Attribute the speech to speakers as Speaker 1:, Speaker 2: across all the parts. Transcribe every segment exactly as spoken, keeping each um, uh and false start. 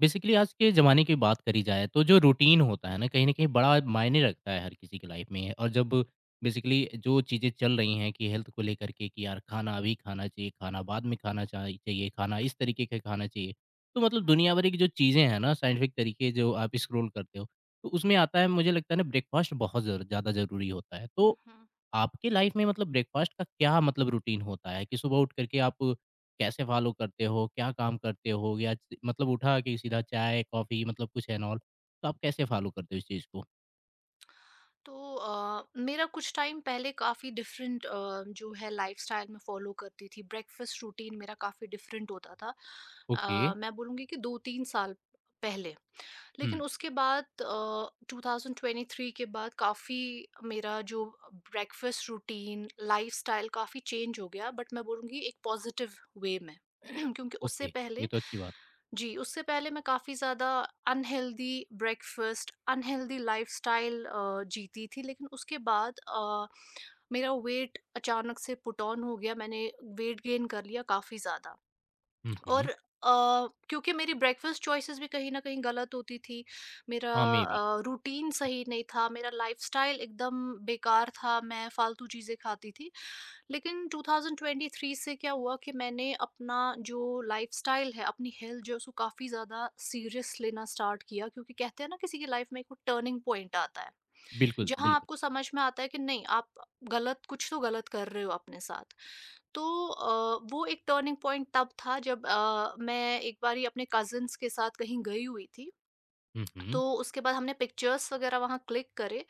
Speaker 1: Basically आज के ज़माने की बात करी जाए तो जो रूटीन होता है ना कहीं न कहीं बड़ा मायने रखता है हर किसी की लाइफ में। और जब बेसिकली जो चीज़ें चल रही हैं कि हेल्थ को लेकर के, कि यार खाना अभी खाना चाहिए, खाना बाद में खाना चाहि चाहिए, खाना इस तरीके का खाना चाहिए। तो
Speaker 2: हुँ,
Speaker 1: मतलब
Speaker 2: हुँ।
Speaker 1: दुनिया भर की जो चीज़ें हैं ना, साइंटिफिक तरीके जो आप स्क्रॉल करते हो, तो उसमें आता है मुझे लगता है ना, ब्रेकफास्ट बहुत ज़रू ज़्यादा ज़रूरी होता है।
Speaker 2: हुँ,
Speaker 1: तो
Speaker 2: हुँ।
Speaker 1: आपके लाइफ में मतलब ब्रेकफास्ट का क्या मतलब रूटीन होता है कि सुबह उठ करके आप कैसे फॉलो करते हो? क्या काम करते हो? या च मतलब उठा के सीधा चाय, कॉफ़ी मतलब कुछ एंड ऑल, तो आप कैसे फॉलो करते हो इस चीज़ को?
Speaker 2: तो अ, मेरा कुछ टाइम पहले काफ़ी डिफरेंट अ, जो है लाइफ़स्टाइल मैं फ़ॉलो करती थी। ब्रेकफ़ास्ट रूटीन मेरा काफ़ी डिफरेंट होता था।
Speaker 1: ओके।
Speaker 2: अ, मैं बोलूँगी कि दो तीन साल पहले।
Speaker 1: हुँ।
Speaker 2: लेकिन उसके बाद अ, ट्वेंटी ट्वेंटी थ्री के बाद काफ़ी मेरा जो ब्रेकफ़ास्ट रूटीन, लाइफ़स्टाइल काफ़ी चेंज हो गया बट मैं बोलूँगी एक पॉज़िटिव वे में। क्योंकि उससे
Speaker 1: ओके, ये
Speaker 2: पहले
Speaker 1: तो अच्छी बात।
Speaker 2: जी, उससे पहले मैं काफ़ी ज़्यादा unhealthy breakfast, unhealthy lifestyle uh, जीती थी। लेकिन उसके बाद अ, मेरा वेट अचानक से पुट ऑन हो गया। मैंने वेट गेन कर लिया काफ़ी ज़्यादा
Speaker 1: हुँ, हुँ।
Speaker 2: और अ, क्योंकि मेरी ब्रेकफ़ास्ट चॉइसेस भी कहीं न कहीं गलत होती थी। मेरा
Speaker 1: हाँ, मेबी।
Speaker 2: अ, रूटीन सही नहीं था, मेरा लाइफ़स्टाइल एकदम बेकार था, मैं फ़ालतू चीज़ें खाती थी। लेकिन ट्वेंटी ट्वेंटी थ्री से क्या हुआ कि मैंने अपना जो लाइफस्टाइल है, अपनी हेल्थ जो है उसको काफ़ी ज़्यादा सीरियस लेना स्टार्ट किया क्योंकि कहते हैं ना किसी की लाइफ में एक वो टर्निंग पॉइंट आता है,
Speaker 1: बिल्कुल,
Speaker 2: जहाँ
Speaker 1: बिल्कुल।
Speaker 2: आपको समझ में आता है कि नहीं आप गलत कुछ तो गलत कर रहे हो अपने साथ। तो अ, वो एक टर्निंग पॉइंट तब था जब अ, मैं एक बारी अपने कज़िन्स के साथ कहीं गई हुई थी
Speaker 1: हुँ, हुँ।
Speaker 2: तो उसके बाद हमने पिक्चर्स वगैरह वहाँ क्लिक करे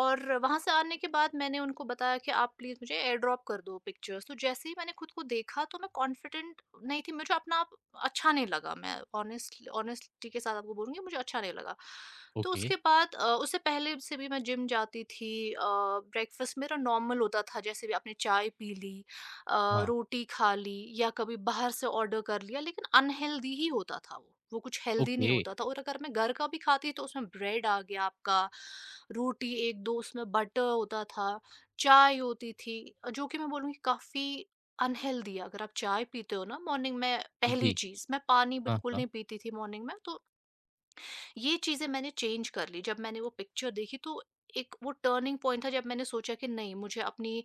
Speaker 2: और वहाँ से आने के बाद मैंने उनको बताया कि आप प्लीज़ मुझे एयर ड्रॉप कर दो पिक्चर्स। तो जैसे ही मैंने खुद को देखा तो मैं कॉन्फिडेंट नहीं थी, मुझे अपना आप अच्छा नहीं लगा। मैं ऑनेस्टली ऑनेस्टी के साथ आपको बोलूँगी मुझे अच्छा नहीं लगा। तो
Speaker 1: ओके।
Speaker 2: उसके बाद अ, उससे पहले से भी मैं जिम जाती थी, अ, ब्रेकफ़ास्ट मेरा नॉर्मल होता था, जैसे भी आपने चाय पी ली अ,
Speaker 1: हाँ।
Speaker 2: रोटी खा ली या कभी बाहर से ऑर्डर कर लिया लेकिन अनहेल्दी ही होता था, वो वो कुछ हेल्दी नहीं
Speaker 1: ओके।
Speaker 2: होता था। और अगर मैं घर का भी खाती तो उसमें ब्रेड आ गया आपका, रोटी एक दो, उसमें बटर होता था, चाय होती थी, जो कि मैं बोलूँगी काफ़ी अनहेल्दी है। अगर आप चाय पीते हो ना मॉर्निंग में पहली
Speaker 1: जी।
Speaker 2: चीज़, मैं पानी
Speaker 1: हाँ,
Speaker 2: बिल्कुल
Speaker 1: हाँ।
Speaker 2: नहीं पीती थी मॉर्निंग में। तो ये चीज़ें मैंने चेंज कर ली जब मैंने वो पिक्चर देखी। तो एक वो टर्निंग पॉइंट था जब मैंने सोचा कि नहीं मुझे अपनी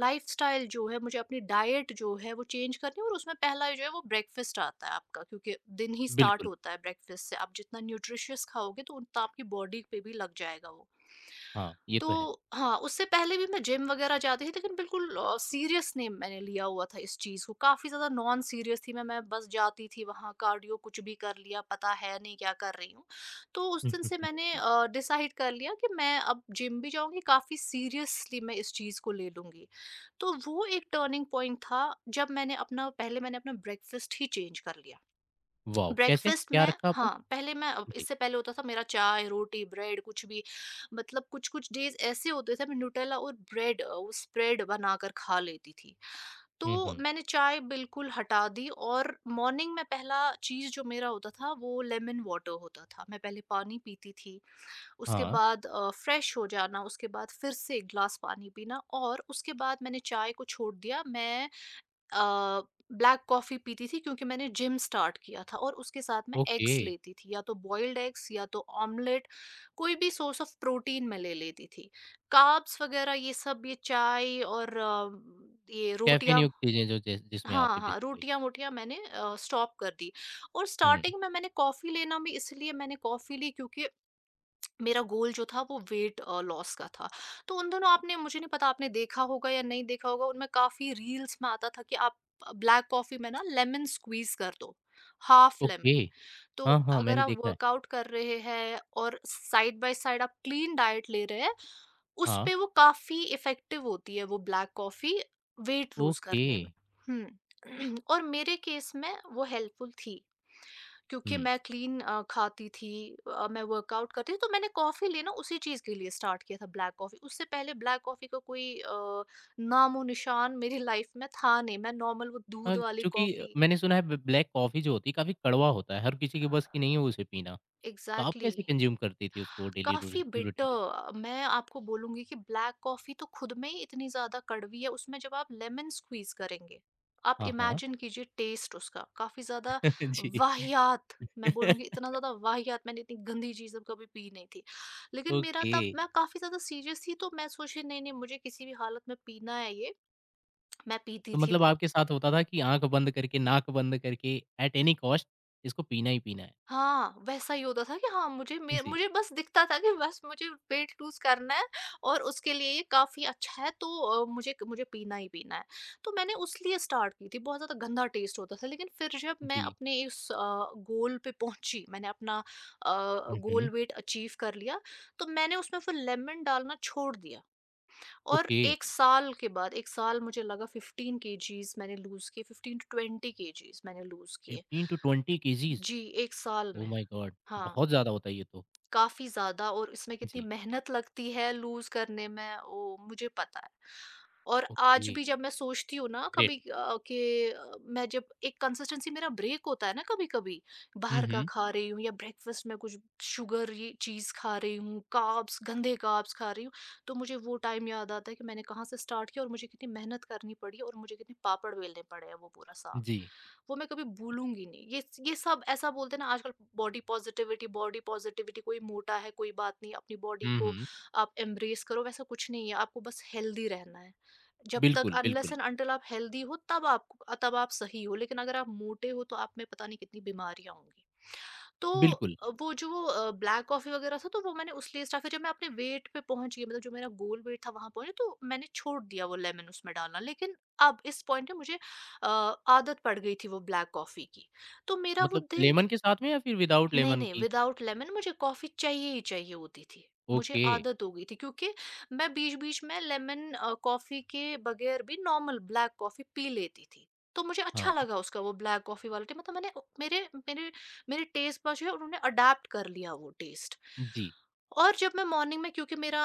Speaker 2: लाइफस्टाइल जो है, मुझे अपनी डाइट जो है वो चेंज करनी है। और उसमें पहला जो है वो ब्रेकफास्ट आता है आपका, क्योंकि दिन ही स्टार्ट
Speaker 1: बिल्कुल।
Speaker 2: होता है ब्रेकफास्ट से। आप जितना न्यूट्रिशियस खाओगे तो उतना आपकी बॉडी पे भी लग जाएगा वो।
Speaker 1: हाँ, ये
Speaker 2: तो
Speaker 1: तो है।
Speaker 2: हाँ, उससे पहले भी मैं जिम वग़ैरह जाती थी लेकिन बिल्कुल अ, सीरियस नहीं मैंने लिया हुआ था इस चीज़ को, काफ़ी ज़्यादा नॉन सीरियस थी मैं। मैं बस जाती थी वहाँ, कार्डियो कुछ भी कर लिया, पता है नहीं क्या कर रही हूँ। तो उस
Speaker 1: हुँ,
Speaker 2: दिन
Speaker 1: हुँ,
Speaker 2: से
Speaker 1: हुँ।
Speaker 2: मैंने
Speaker 1: जी।
Speaker 2: अ, डिसाइड कर लिया कि मैं अब जिम भी जाऊँगी, काफ़ी सीरियसली मैं इस चीज़ को ले लूँगी। तो वो एक टर्निंग पॉइंट था जब मैंने अपना पहले मैंने अपना ब्रेकफ़ास्ट ही चेंज कर लिया।
Speaker 1: वॉव! कैसे?
Speaker 2: ब्रेकफ़ास्ट
Speaker 1: क्या
Speaker 2: में
Speaker 1: रखा आपने?
Speaker 2: हाँ, पहले मैं अब
Speaker 1: जी।
Speaker 2: इससे पहले होता था मेरा चाय, रोटी, ब्रेड कुछ भी, मतलब कुछ-कुछ डेज़ ऐसे होते थे मैं न्यूटेला और ब्रेड अ, वो स्प्रेड बनाकर खा लेती थी।
Speaker 1: हुँ,
Speaker 2: तो
Speaker 1: हुँ।
Speaker 2: मैंने चाय बिल्कुल हटा दी और मॉर्निंग में पहला चीज़ जो मेरा होता था वो लेमन वाटर होता था। मैं पहले पानी पीती थी, उसके
Speaker 1: हाँ।
Speaker 2: बाद अ, फ्रेश हो जाना, उसके बाद फिर से एक ग्लास पानी पीना और उसके बाद मैंने चाय को छोड़ दिया। मैं अ, ब्लैक कॉफ़ी पीती थी क्योंकि मैंने जिम स्टार्ट किया था, और उसके साथ मैं
Speaker 1: ओके।
Speaker 2: एग्स लेती थी, या तो बॉइल्ड एग्स या तो ऑमलेट, कोई भी सोर्स ऑफ प्रोटीन मैं ले लेती थी। कार्ब्स वगैरह ये सब, ये चाय और अ, ये
Speaker 1: कैफ़ीन
Speaker 2: रोटियाँ,
Speaker 1: युक्त चीज़ें जो जैस जिसमें
Speaker 2: हाँ,
Speaker 1: आती है
Speaker 2: हाँ,
Speaker 1: बेसिकली।
Speaker 2: रोटियाँ-वोटियाँ मैंने अ, स्टॉप कर दी। और
Speaker 1: हुँ।
Speaker 2: स्टार्टिंग में मैंने कॉफ़ी लेना भी इसलिए मैंने कॉफ़ी ली क्योंकि मेरा गोल जो था वो वेट अ, लॉस का था। तो उन दिनों आपने मुझे नहीं पता आपने देखा होगा या नहीं देखा होगा, उनमें काफ़ी रील्स में आता था कि आप ब्लैक कॉफ़ी में ना लेमन स्क्वीज़ कर दो, हाफ
Speaker 1: ओके।
Speaker 2: लेमन। तो
Speaker 1: हाँ, हाँ,
Speaker 2: अगर
Speaker 1: मैंने
Speaker 2: आप
Speaker 1: देखा है।
Speaker 2: वर्कआउट कर रहे हैं और साइड बाय साइड आप क्लीन डाइट ले रहे हैं, उस
Speaker 1: हाँ।
Speaker 2: पे वो काफ़ी इफ़ेक्टिव होती है वो black coffee weight lose
Speaker 1: okay.
Speaker 2: करने में। हुँ। और मेरे केस में वो हेल्पफुल थी। क्योंकि
Speaker 1: हुँ।
Speaker 2: मैं क्लीन अ, खाती थी, अ, मैं वर्कआउट करती थी, तो मैंने कॉफ़ी लेना उसी चीज़ के लिए स्टार्ट किया था, ब्लैक कॉफ़ी। उससे पहले ब्लैक कॉफ़ी का कोई अ, नामो-निशान मेरी लाइफ़ में था नहीं। मैं नॉर्मल वो
Speaker 1: अ,
Speaker 2: दूध वाली
Speaker 1: चूँकि
Speaker 2: कॉफ़ी।
Speaker 1: मैंने सुना है ब ब्लैक कॉफ़ी जो होती है काफ़ी कड़वा होता है, हर किसी के बस की नहीं है उसे पीना। तो आप
Speaker 2: एग्ज़ैक्टली।
Speaker 1: कैसे कंज़्यूम करती थी उसको डेली रोज़
Speaker 2: काफ़ी
Speaker 1: रूटीन बेस?
Speaker 2: बिटर, मैं आपको बोलूँगी कि ब्लैक कॉफ़ी तो खुद में ही इतनी ज़्यादा कड़वी है, उसमें जब आप लेमन स्क्वीज़ करेंगे, आप
Speaker 1: हाँ, हाँ।
Speaker 2: इमेजिन कीजिए टेस्ट उसका काफ़ी ज़्यादा
Speaker 1: जी।
Speaker 2: वाहियात। मैं बोलूँगी इतना ज़्यादा वाहियात, मैंने इतनी गंदी चीज़ें कभी पी नहीं थी। लेकिन मेरा
Speaker 1: ओके।
Speaker 2: तब, मैं काफ़ी ज़्यादा सीरियस थी, तो मैं सोची नहीं, नहीं मुझे किसी भी हालत में पीना है ये, मैं पीती
Speaker 1: तो
Speaker 2: थी
Speaker 1: मतलब
Speaker 2: वो।
Speaker 1: आपके साथ होता था कि आँख बंद करके, नाक बंद करके, एट एनी कॉस्ट इसको पीना ही पीना है।
Speaker 2: हाँ, वैसा ही होता था कि हाँ, मुझे मे
Speaker 1: जी,
Speaker 2: मुझे बस दिखता था कि बस मुझे वेट लूज़ करना है और उसके लिए ये काफ़ी अच्छा है। तो अ, मुझे मुझे पीना ही पीना है। तो मैंने उस लिए स्टार्ट की थी, बहुत ज़्यादा गंदा टेस्ट होता था। लेकिन फिर जब मैं
Speaker 1: जी।
Speaker 2: अपने इस अ, गोल पे पहुँची, मैंने अपना अ,
Speaker 1: हुँ,
Speaker 2: गोल
Speaker 1: हुँ।
Speaker 2: वेट अचीव कर लिया, तो मैंने उसमें फिर लेमन डालना छोड़ दिया। और
Speaker 1: ओके।
Speaker 2: एक साल के बाद, एक साल मुझे लगा, फ़िफ़्टीन केजीज़ मैंने लूज़ किए, फ़िफ़्टीन टू ट्वेंटी केजीज़ मैंने लूज़ किए।
Speaker 1: Fifteen to twenty kgs?
Speaker 2: जी, एक साल
Speaker 1: ओह
Speaker 2: में।
Speaker 1: My God!
Speaker 2: हाँ।
Speaker 1: बहुत ज़्यादा होता है ये तो।
Speaker 2: काफ़ी ज़्यादा, और इसमें कितनी
Speaker 1: जी।
Speaker 2: मेहनत लगती है लूज़ करने में वो मुझे पता है। और आज
Speaker 1: ओके,
Speaker 2: भी जब मैं सोचती हूँ ना,
Speaker 1: ग्रेट।
Speaker 2: कभी अ, कि अ, मैं जब एक कंसिस्टेंसी मेरा ब्रेक होता है ना कभी-कभी,
Speaker 1: हुँ,
Speaker 2: बाहर का
Speaker 1: हुँ।
Speaker 2: खा रही हूँ या ब्रेकफ़ास्ट में कुछ शुगर ये चीज़ खा रही हूँ, कार्ब्स गंदे कार्ब्स खा रही हूँ, तो मुझे वो टाइम याद आता है कि मैंने कहाँ से स्टार्ट किया और मुझे कितनी मेहनत करनी पड़ी, और मुझे कितने पापड़ बेलने पड़े हैं वो पूरा साल।
Speaker 1: जी।
Speaker 2: वो मैं कभी भूलूँगी नहीं। ये स ये सब ऐसा बोलते हैं ना आजकल, बॉडी पॉज़िटिविटी बॉडी पॉज़िटिविटी, कोई मोटा है, कोई बात नहीं, अपनी बॉडी
Speaker 1: हुँ,
Speaker 2: को
Speaker 1: हुँ।
Speaker 2: आप एम्ब्रेस करो, वैसा कुछ नहीं है, आपको बस हेल्दी रहना है। जब तक
Speaker 1: बिल्कुल,
Speaker 2: अनलेस
Speaker 1: बिल्कुल।
Speaker 2: एंड अंटिल आप हेल्दी हो तब आप, तब आप सही हो, लेकिन अगर आप मोटे हो तो आप में पता नहीं कितनी बीमारियाँ होंगी। तो
Speaker 1: बिल्कुल।
Speaker 2: अ, वो जो अ, ब्लैक कॉफ़ी वग़ैरह था, तो वो मैंने उस लिए स्टार्ट, फिर जब मैं अपने वेट पे पहुँच गई, मतलब जो मेरा गोल वेट था वहाँ पहुँची, तो मैंने छोड़ दिया वो लेमन उसमें डालना। लेकिन अब इस पॉइंट पे मुझे अ, आदत पड़ गई थी वो ब्लैक कॉफ़ी की। तो मेरा वो
Speaker 1: मतलब
Speaker 2: दिन,
Speaker 1: लेमन के साथ में या फिर विदाउट
Speaker 2: नहीं,
Speaker 1: लेमन
Speaker 2: नहीं,
Speaker 1: की?
Speaker 2: विदाउट लेमन मुझे कॉफ़ी चाहिए ही चाहिए होती थी। मुझे
Speaker 1: ओके।
Speaker 2: आदत हो गई थी क्योंकि मैं बीच-बीच में लेमन अ, कॉफ़ी के बगैर भी नॉर्मल ब्लैक कॉफ़ी पी लेती थी। तो मुझे अच्छा
Speaker 1: हाँ।
Speaker 2: लगा उसका वो ब्लैक कॉफ़ी वाला टे मतलब मैंने अ, मेरे मेरे मेरे टेस्ट पर जो है उन्होंने अडैप्ट कर लिया वो टेस्ट।
Speaker 1: जी।
Speaker 2: और जब मैं मॉर्निंग में, क्योंकि मेरा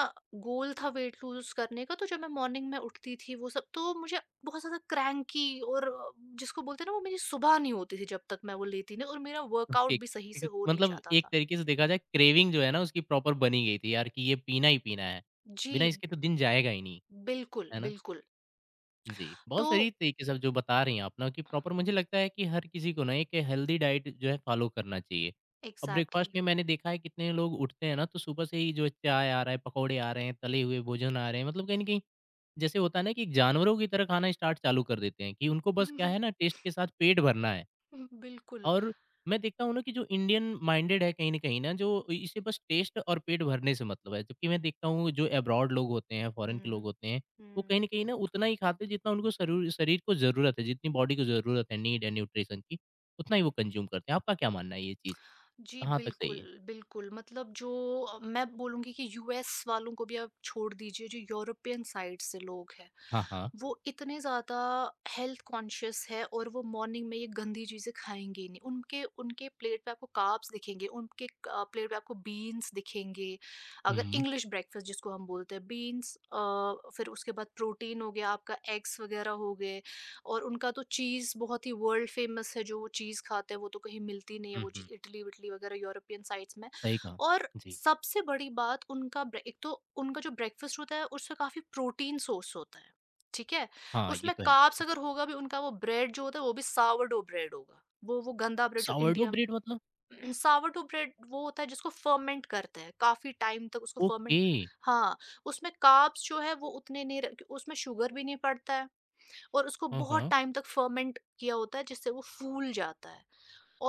Speaker 2: गोल था वेट लूज़ करने का, तो जब मैं मॉर्निंग में उठती थी वो सब, तो मुझे बहुत ज़्यादा क्रैंकी और अ, जिसको बोलते हैं ना, वो मेरी सुबह नहीं होती थी जब तक मैं वो लेती नहीं, और मेरा वर्कआउट
Speaker 1: ओके।
Speaker 2: भी सही से
Speaker 1: एक-
Speaker 2: हो नहीं
Speaker 1: मतलब
Speaker 2: जाता
Speaker 1: एक
Speaker 2: था।
Speaker 1: तरीके से देखा जाए, क्रेविंग जो है ना उसकी प्रॉपर बनी गई थी यार, कि ये पीना ही पीना है।
Speaker 2: जी,
Speaker 1: बिना इसके तो दिन जाएगा ही नहीं,
Speaker 2: बिल्कुल,
Speaker 1: है ना?
Speaker 2: बिल्कुल।
Speaker 1: जी, बहुत
Speaker 2: तो
Speaker 1: सही तरीके से आप जो बता रही हैं आप ना, कि प्रॉपर मुझे लगता है कि हर किसी को ना एक हेल्दी डाइट जो है फ़ॉलो करना चाहिए। और ब्रेकफ़ास्ट
Speaker 2: एग्ज़ैक्टली।
Speaker 1: में मैंने देखा है कितने लोग उठते हैं ना तो सुबह से ही, जो चाय आ रहा है, पकौड़े आ रहे हैं, तले हुए भोजन आ रहे हैं, मतलब कहीं न कहीं जैसे होता है ना कि जानवरों की तरह खाना स्टार्ट चालू कर देते हैं, कि उनको बस क्या है ना, टेस्ट के साथ पेट भरना है।
Speaker 2: बिल्कुल।
Speaker 1: और मैं देखता हूँ ना कि जो इंडियन माइंडेड है कहीं न कहीं ना, जो इसे बस टेस्ट और पेट भरने से मतलब है। जबकि मैं देखता हूँ जो अब्रॉड लोग होते हैं, फॉरेन के लोग
Speaker 2: हुँ,
Speaker 1: होते हैं, वो
Speaker 2: हुँ।
Speaker 1: कहीं न कहीं ना उतना ही खाते हैं जितना उनको शरूर शरीर को ज़रूरत है, जितनी बॉडी को ज़रूरत है, नीड है न्यूट्रिशन की, उतना ही वो कंज़्यूम करते हैं। आपका क्या मानना है ये चीज़?
Speaker 2: जी,
Speaker 1: कहाँ तक
Speaker 2: बिल्कुल,
Speaker 1: सही है?
Speaker 2: बिल्कुल। मतलब जो अ, मैं बोलूँगी कि यूएस वालों को भी आप छोड़ दीजिए, जो यूरोपियन साइड से लोग हैं,
Speaker 1: हाँ, हाँ।
Speaker 2: वो इतने ज़्यादा हेल्थ कॉन्शियस है, और वो मॉर्निंग में ये गंदी चीज़ें खाएँगे ही नहीं। उनके उनके प्लेट पे आपको कार्ब्स दिखेंगे, उनके अ, प्लेट पे आपको बीन्स दिखेंगे। अगर
Speaker 1: हुँ,
Speaker 2: इंग्लिश ब्रेकफ़ास्ट जिसको हम बोलते हैं, बीन्स, अ, फिर उसके बाद प्रोटीन हो गया, आपका एग्स वग़ैरह हो गए। और उनका तो चीज़ बहुत ही वर्ल्ड फेमस है, जो वो चीज़ खाते हैं, वो तो कहीं मिलती नहीं है
Speaker 1: हुँ,
Speaker 2: वो
Speaker 1: हुँ।
Speaker 2: चीज़, इटली-विटली वगैरह यूरोपियन साइड्स में।
Speaker 1: सही कहा।
Speaker 2: और
Speaker 1: जी।
Speaker 2: सबसे बड़ी बात, उनका ब्रे एक तो उनका जो ब्रेकफ़ास्ट होता है, उसमें काफ़ी प्रोटीन सोर्स होता है, ठीक है?
Speaker 1: हाँ, ये
Speaker 2: उसमें
Speaker 1: तो है।
Speaker 2: कार्ब्स
Speaker 1: जी।
Speaker 2: अगर होगा भी उनका वो ब्रेड जो होता है, वो भी सावरडो ब्रेड होगा। वो वो गंदा ब्रेड जो
Speaker 1: सोurडोugh
Speaker 2: इंडिया में
Speaker 1: ब्रेड मतलब?
Speaker 2: सावरडो ब्रेड वो होता है जिसको फर्मेंट करते हैं, काफ़ी टाइम तक उसको फर्मेंट।
Speaker 1: ओके।
Speaker 2: हाँ, उसमें कार्ब्स जो है वो उतने नहीं र उसमें शुगर भी नहीं पड़ता है। और उसको
Speaker 1: हाँ,
Speaker 2: बहुत
Speaker 1: हाँ।
Speaker 2: टाइम तक फर्मेंट किया होता है जिससे वो फूल जाता है,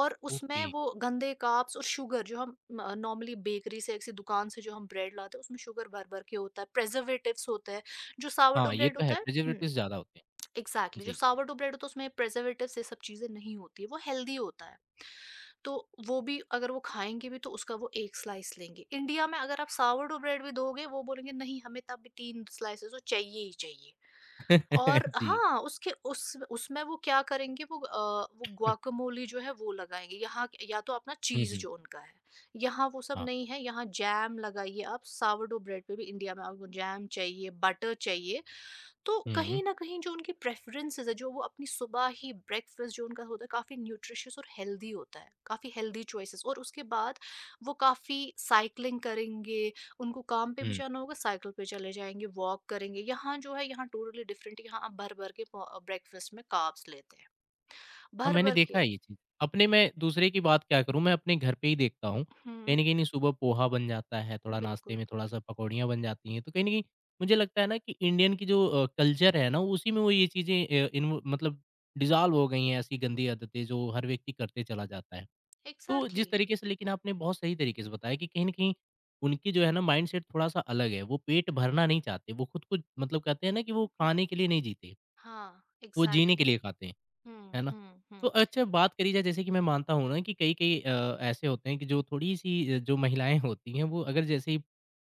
Speaker 2: और
Speaker 1: ओके।
Speaker 2: उसमें वो गंदे कार्ब्स और शुगर जो हम नॉर्मली बेकरी से या किसी दुकान से जो हम ब्रेड लाते हैं उसमें शुगर भर भर के होता है, प्रेजर्वेटिव्स होते हैं। जो सावरडो
Speaker 1: हाँ, ये
Speaker 2: ब्रेड
Speaker 1: तो है,
Speaker 2: होता है। हम्म।
Speaker 1: प्रिजर्वेटिव्स ज़्यादा होते हैं।
Speaker 2: एग्जैक्टली, जो
Speaker 1: जी।
Speaker 2: सावरडो ब्रेड होता है उसमें प्रेजर्वेटिव्स ये सब चीजें नहीं होती है, वो हेल्दी होता है। तो वो भी अगर वो खाएंगे भी तो उसका वो एक स्लाइस लेंगे। इंडिया में अगर आप सावरडो ब्रेड भी दोगे वो बोलेंगे नहीं हमें, तब भी तीन स्लाइसेस वो चाहिए ही चाहिए। और
Speaker 1: जी।
Speaker 2: हाँ, उसके उस उसमें वो क्या करेंगे, वो अ, वो गुआकामोली जो है वो लगाएँगे। यहाँ के- या तो अपना
Speaker 1: हुँ,
Speaker 2: चीज़
Speaker 1: हुँ।
Speaker 2: जो उनका है, यहाँ वो सब
Speaker 1: हाँ।
Speaker 2: नहीं है, यहाँ जैम लगाइए आप, सावरडो ब्रेड पे भी इंडिया में आपको जैम चाहिए, बटर चाहिए। तो
Speaker 1: हुँ,
Speaker 2: कहीं न कहीं जो उनकी प्रेफ़रेंसेज़ है, जो वो अपनी सुबह ही ब्रेकफ़ास्ट जो उनका होता है, काफ़ी न्यूट्रिशियस और हेल्दी होता है, काफ़ी हेल्दी चॉइसेस, और उसके बाद वो काफ़ी साइक्लिंग करेंगे, उनको काम पे भी
Speaker 1: हुँ।
Speaker 2: जाना होगा, साइकिल पे चले जाएँगे, वॉक करेंगे। यहाँ जो है, यहाँ टोटली डिफ़रेंट। यहाँ आप भर-भर के पो अ, ब्रेकफ़ास्ट में कार्ब्स लेते हैं,
Speaker 1: हाँ, मैंने
Speaker 2: भर-भर
Speaker 1: देखा
Speaker 2: के।
Speaker 1: है ये चीज़। अपने, मैं दूसरे की बात क्या करूँ, मैं अपने घर पे ही देखता हूँ।
Speaker 2: हुँ,
Speaker 1: कहीं न कहीं सुबह पोहा बन जाता है, थोड़ा नाश्ते
Speaker 2: बिल्कुल,
Speaker 1: में थोड़ा-सा पकौड़ियाँ बन जाती हैं। तो कहीं न कहीं मुझे लगता है ना कि इंडियन की जो अ, कल्चर है ना, उसी में वो ये चीज़ें अ, इन्व मतलब डिसॉल्व हो गई हैं, ऐसी गंदी आदतें जो हर व्यक्ति करते चला जाता है। तो जिस
Speaker 2: एग्ज़ैक्टली।
Speaker 1: तरीके से लेकिन आपने बहुत सही तरीके से बताया कि कहीं न कहीं उनकी जो है ना माइंडसेट थोड़ा-सा अलग है, वो पेट भरना नहीं चाहते, वो खुद को मतलब, कहते हैं ना कि वो
Speaker 2: हुँ, हुँ।
Speaker 1: खाने के लिए नहीं जीते,
Speaker 2: हाँ,
Speaker 1: वो जीने के
Speaker 2: एग्ज़ैक्टली।
Speaker 1: लिए खाते हैं,
Speaker 2: हुँ,
Speaker 1: है ना?
Speaker 2: हुँ,
Speaker 1: तो
Speaker 2: हुँ।
Speaker 1: अच्छा, बात करी जाए जैसे कि मैं मानता हूँ ना कि कई-कई अ, ऐसे होते हैं कि जो थोड़ी-सी अ, जो महिलाएँ होती हैं, वो अगर जैसे ही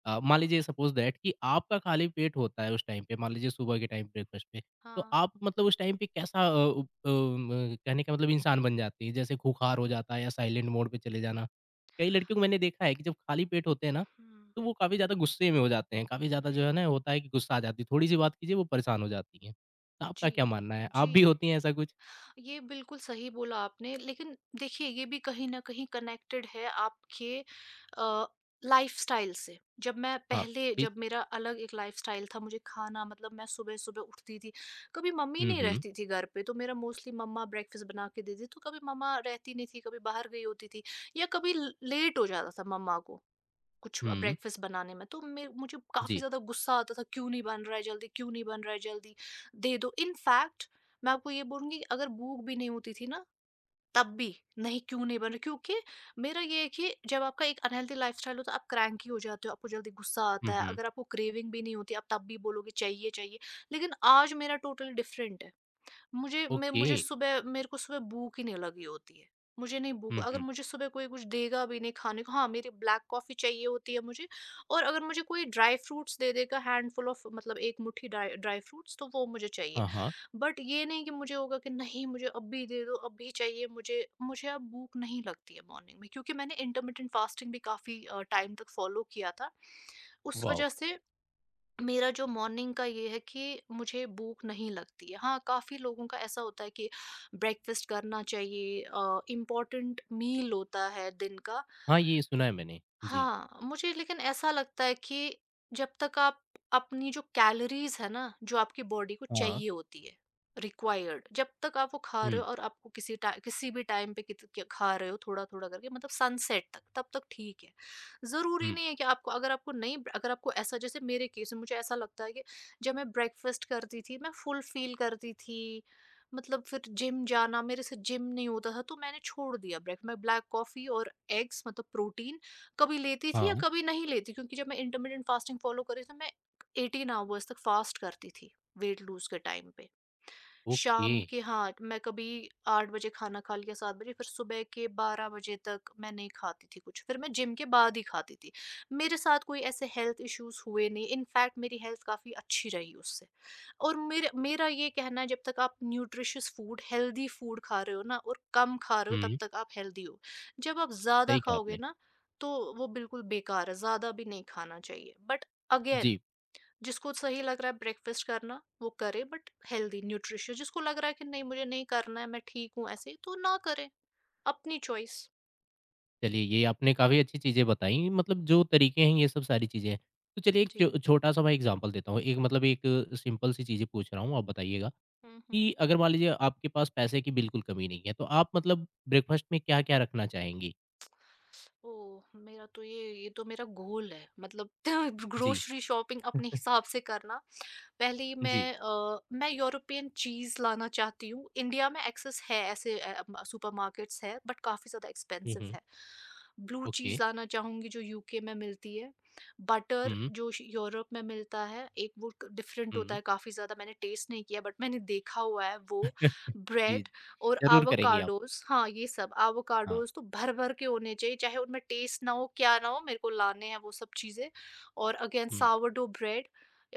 Speaker 1: अ, मान लीजिए सपोज दैट कि आपका खाली पेट होता है उस टाइम पे, मान लीजिए सुबह के टाइम ब्रेकफ़ास्ट पे, तो
Speaker 2: हाँ,
Speaker 1: आप मतलब उस टाइम पे कैसा, अ, उप अ, म कहने का मतलब इंसान बन जाती हैं? जैसे खूंखार हो जाता है, या साइलेंट मोड पे चले जाना। कई लड़कियों को मैंने देखा है कि जब खाली पेट होते हैं ना,
Speaker 2: हुँ।
Speaker 1: तो वो काफ़ी ज़्यादा गुस्से में हो जाते हैं, काफ़ी ज़्यादा जो है ना होता है कि गुस्सा आ जाती है, थोड़ी-सी बात कीजिए वो परेशान हो जाती हैं। तो आपका
Speaker 2: जी,
Speaker 1: क्या मानना है? आप
Speaker 2: जी।
Speaker 1: भी होती हैं ऐसा कुछ?
Speaker 2: ये बिल्कुल सही बोला आपने, लेकिन देखिए ये भी कहीं न कहीं कनेक्टेड है आपके अ, लाइफ़स्टाइल से। जब मैं
Speaker 1: हाँ,
Speaker 2: पहले
Speaker 1: प्लीज़।
Speaker 2: जब मेरा अलग एक लाइफ़स्टाइल था, मुझे खाना मतलब मैं सुबह-सुबह उठती थी, कभी मम्मी
Speaker 1: हुँ,
Speaker 2: नहीं
Speaker 1: हुँ।
Speaker 2: रहती थी घर पे, तो मेरा मोस्टली मम्मा ब्रेकफ़ास्ट बना के देती थी, तो कभी मम्मा रहती नहीं थी, कभी बाहर गई होती थी या कभी ल लेट हो जाता था मम्मा को कुछ अ,
Speaker 1: हुँ।
Speaker 2: ब्रेकफ़ास्ट बनाने में, तो मेर मुझे काफ़ी
Speaker 1: जी।
Speaker 2: ज़्यादा गुस्सा आता था, "क्यों नहीं बन रहा है जल्दी? क्यों नहीं बन रहा है जल्दी? दे दो।" इनफैक्ट, मैं आपको ये बोलूँगी कि अगर भूख भी नहीं होती थी ना, तब भी, "नहीं, क्यों नहीं बन रहा?" क्योंकि मेरा ये है कि जब आपका एक अनहेल्दी लाइफ़स्टाइल होता है, आप क्रैंकी हो जाते हो, आपको जल्दी गुस्सा
Speaker 1: हुँ,
Speaker 2: आता है।
Speaker 1: हुँ।
Speaker 2: अगर आपको क्रेविंग भी नहीं होती, आप तब भी बोलोगे, "चाहिए, चाहिए।" लेकिन आज मेरा टोटली डिफ़रेंट है। मुझे मैं
Speaker 1: ओके।
Speaker 2: मुझे सुबह मेरे को सुबह भूख ही नहीं लगी होती है। मुझे नहीं भूख,
Speaker 1: हुँ,
Speaker 2: अगर
Speaker 1: हुँ।
Speaker 2: मुझे सुबह कोई कुछ देगा भी नहीं खाने को। हाँ, मेरी ब्लैक कॉफ़ी चाहिए होती है मुझे, और अगर मुझे कोई ड्राई फ्रूट्स दे देगा हैंडफुल ऑफ मतलब एक मुट्ठी ड्राई ड्राई फ्रूट्स, तो वो मुझे चाहिए।
Speaker 1: हाँ, हाँ।
Speaker 2: बट ये नहीं कि मुझे होगा कि नहीं मुझे अभी दे दो, अभी चाहिए मुझे। मुझे अब भूख नहीं लगती है मॉर्निंग में, क्योंकि मैंने इंटरमिटेंट फास्टिंग भी काफ़ी अ, टाइम तक फ़ॉलो किया था। उस
Speaker 1: वॉव!
Speaker 2: वज़ह से मेरा जो मॉर्निंग का ये है कि मुझे भूख नहीं लगती है। हाँ, काफ़ी लोगों का ऐसा होता है कि ब्रेकफ़ास्ट करना चाहिए, अ, इम्पोर्टेंट मील होता है दिन का।
Speaker 1: हाँ, ये सुना है मैंने। जी।
Speaker 2: हाँ, मुझे लेकिन ऐसा लगता है कि जब तक आप अपनी जो कैलोरीज़ है ना, जो आपकी बॉडी को
Speaker 1: हाँ।
Speaker 2: चाहिए होती है, रिक्वायर्ड, जब तक आप वो खा रहे
Speaker 1: हुँ,
Speaker 2: हो और आपको किसी टा किसी भी टाइम पे कित क खा रहे हो थोड़ा-थोड़ा करके मतलब सनसेट तक, तब तक ठीक है। ज़रूरी
Speaker 1: हुँ।
Speaker 2: नहीं है कि आपको अगर आपको नहीं अगर आपको ऐसा, जैसे मेरे केस में मुझे ऐसा लगता है कि जब मैं ब्रेकफ़ास्ट करती थी, मैं फुल फ़ील करती थी, मतलब फिर जिम जाना, मेरे से जिम नहीं होता था, तो मैंने छोड़ दिया ब्रेक। मैं ब्लैक कॉफ़ी और एग्स मतलब प्रोटीन कभी लेती थी या
Speaker 1: हाँ।
Speaker 2: कभी नहीं लेती, क्योंकि जब मैं इंटरमिटेंट फास्टिंग फॉलो कर रही थी, तो मैं एटीन आवर्स तक फास्ट करती थी, वेट लूज के टाइम पे।
Speaker 1: ओके।
Speaker 2: शाम के हाँ, मैं कभी आठ बजे खाना खा लिया, सात बजे, फिर सुबह के बारह बजे तक मैं नहीं खाती थी कुछ, फिर मैं जिम के बाद ही खाती थी। मेरे साथ कोई ऐसे हेल्थ इश्यूज़ हुए नहीं, इनफैक्ट मेरी हेल्थ काफ़ी अच्छी रही उससे। और मेरे मेरा ये कहना है जब तक आप न्यूट्रिशियस फूड, हेल्दी फूड खा रहे हो ना और कम खा रहे हो, तब
Speaker 1: हुँ।
Speaker 2: तक आप हेल्दी हो। जब आप ज़्यादा
Speaker 1: सही कहा
Speaker 2: खाओगे
Speaker 1: आपने।
Speaker 2: ना, तो वो बिल्कुल बेकार है, ज़्यादा भी नहीं खाना चाहिए। बट अगेन,
Speaker 1: जी।
Speaker 2: जिसको सही लग रहा है ब्रेकफास्ट करना वो करे, बट हेल्दी न्यूट्रिशियस। जिसको लग रहा है कि नहीं मुझे नहीं करना है, मैं ठीक हूँ ऐसे, तो ना करे। अपनी चॉइस।
Speaker 1: चलिए, ये आपने काफ़ी अच्छी चीज़ें बताई, मतलब जो तरीके हैं ये सब सारी चीज़ें हैं। तो चलिए एक
Speaker 2: जी।
Speaker 1: छो छोटा-सा मैं एग्ज़ाम्पल देता हूँ, एक मतलब एक सिंपल सी चीज़ें पूछ रहा हूँ, आप बताइएगा
Speaker 2: हम्म
Speaker 1: कि
Speaker 2: हम्म।
Speaker 1: अगर मान लीजिए आपके पास पैसे की बिल्कुल कमी नहीं है, तो आप मतलब ब्रेकफ़ास्ट में क्या-क्या रखना चाहेंगी?
Speaker 2: ओ, मेरा तो ये ये तो मेरा गोल है, मतलब
Speaker 1: जी,
Speaker 2: ग्रोसरी शॉपिंग अपने हिसाब से करना। पहली,
Speaker 1: जी।
Speaker 2: मैं अ, मैं यूरोपियन चीज़ लाना चाहती हूँ। इंडिया में एक्सेस है ऐसे अ, म सुपरमार्केट्स है, बट काफ़ी ज़्यादा
Speaker 1: हुँ,
Speaker 2: एक्सपेंसिव
Speaker 1: हुँ।
Speaker 2: है। Blue
Speaker 1: okay.
Speaker 2: चीज़ लाना चाहूँगी जो यूके में मिलती है। बटर
Speaker 1: हुँ,
Speaker 2: जो श यूरोप में मिलता है, एक वो क डिफ़रेंट होता
Speaker 1: हुँ।
Speaker 2: है काफ़ी ज़्यादा, मैंने टेस्ट नहीं किया बट मैंने देखा हुआ है वो।
Speaker 1: जी।
Speaker 2: ब्रेड और
Speaker 1: ज़रूर करेंगी आप।
Speaker 2: एवोकाडोज़, हाँ, ये सब
Speaker 1: हाँ।
Speaker 2: एवोकाडोज़ तो भर-भर के होने चाहिए, चाहे उनमें टेस्ट ना हो, क्या ना हो, मेरे को लाने हैं वो सब चीज़ें। और again
Speaker 1: hmm.
Speaker 2: Sourdough bread,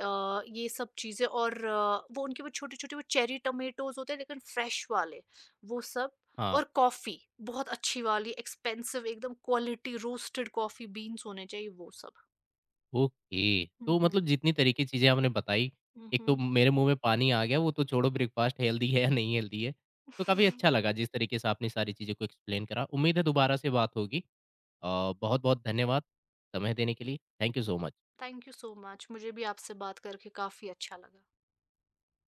Speaker 2: uh, ये सब चीज़ें, और अ, वो उनके वो छोटे-छोटे वो चेरी टोमेटोज़ होते हैं लेकिन फ्रेश वाले, वो सब। और
Speaker 1: हाँ।
Speaker 2: कॉफ़ी, बहुत अच्छी वाली एक्सपेंसिव एकदम क्वालिटी रोस्टेड कॉफ़ी बीन्स होने चाहिए वो सब।
Speaker 1: ओके।
Speaker 2: हुँ,
Speaker 1: तो
Speaker 2: हुँ।
Speaker 1: मतलब जितनी तरह की चीज़ें आपने बताई,
Speaker 2: हुँ,
Speaker 1: एक तो
Speaker 2: हुँ।
Speaker 1: मेरे मुँह में पानी आ गया, वो तो छोड़ो ब्रेकफ़ास्ट हेल्दी है या नहीं हेल्दी है। तो काफ़ी अच्छा लगा जिस तरीके से आपने सारी चीज़ों को एक्सप्लेन करा। उम्मीद है दोबारा से बात होगी। अ, बहुत-बहुत धन्यवाद समय देने के लिए। Thank you so much.
Speaker 2: Thank you so much, मुझे भी आपसे बात करके काफ़ी अच्छा लगा।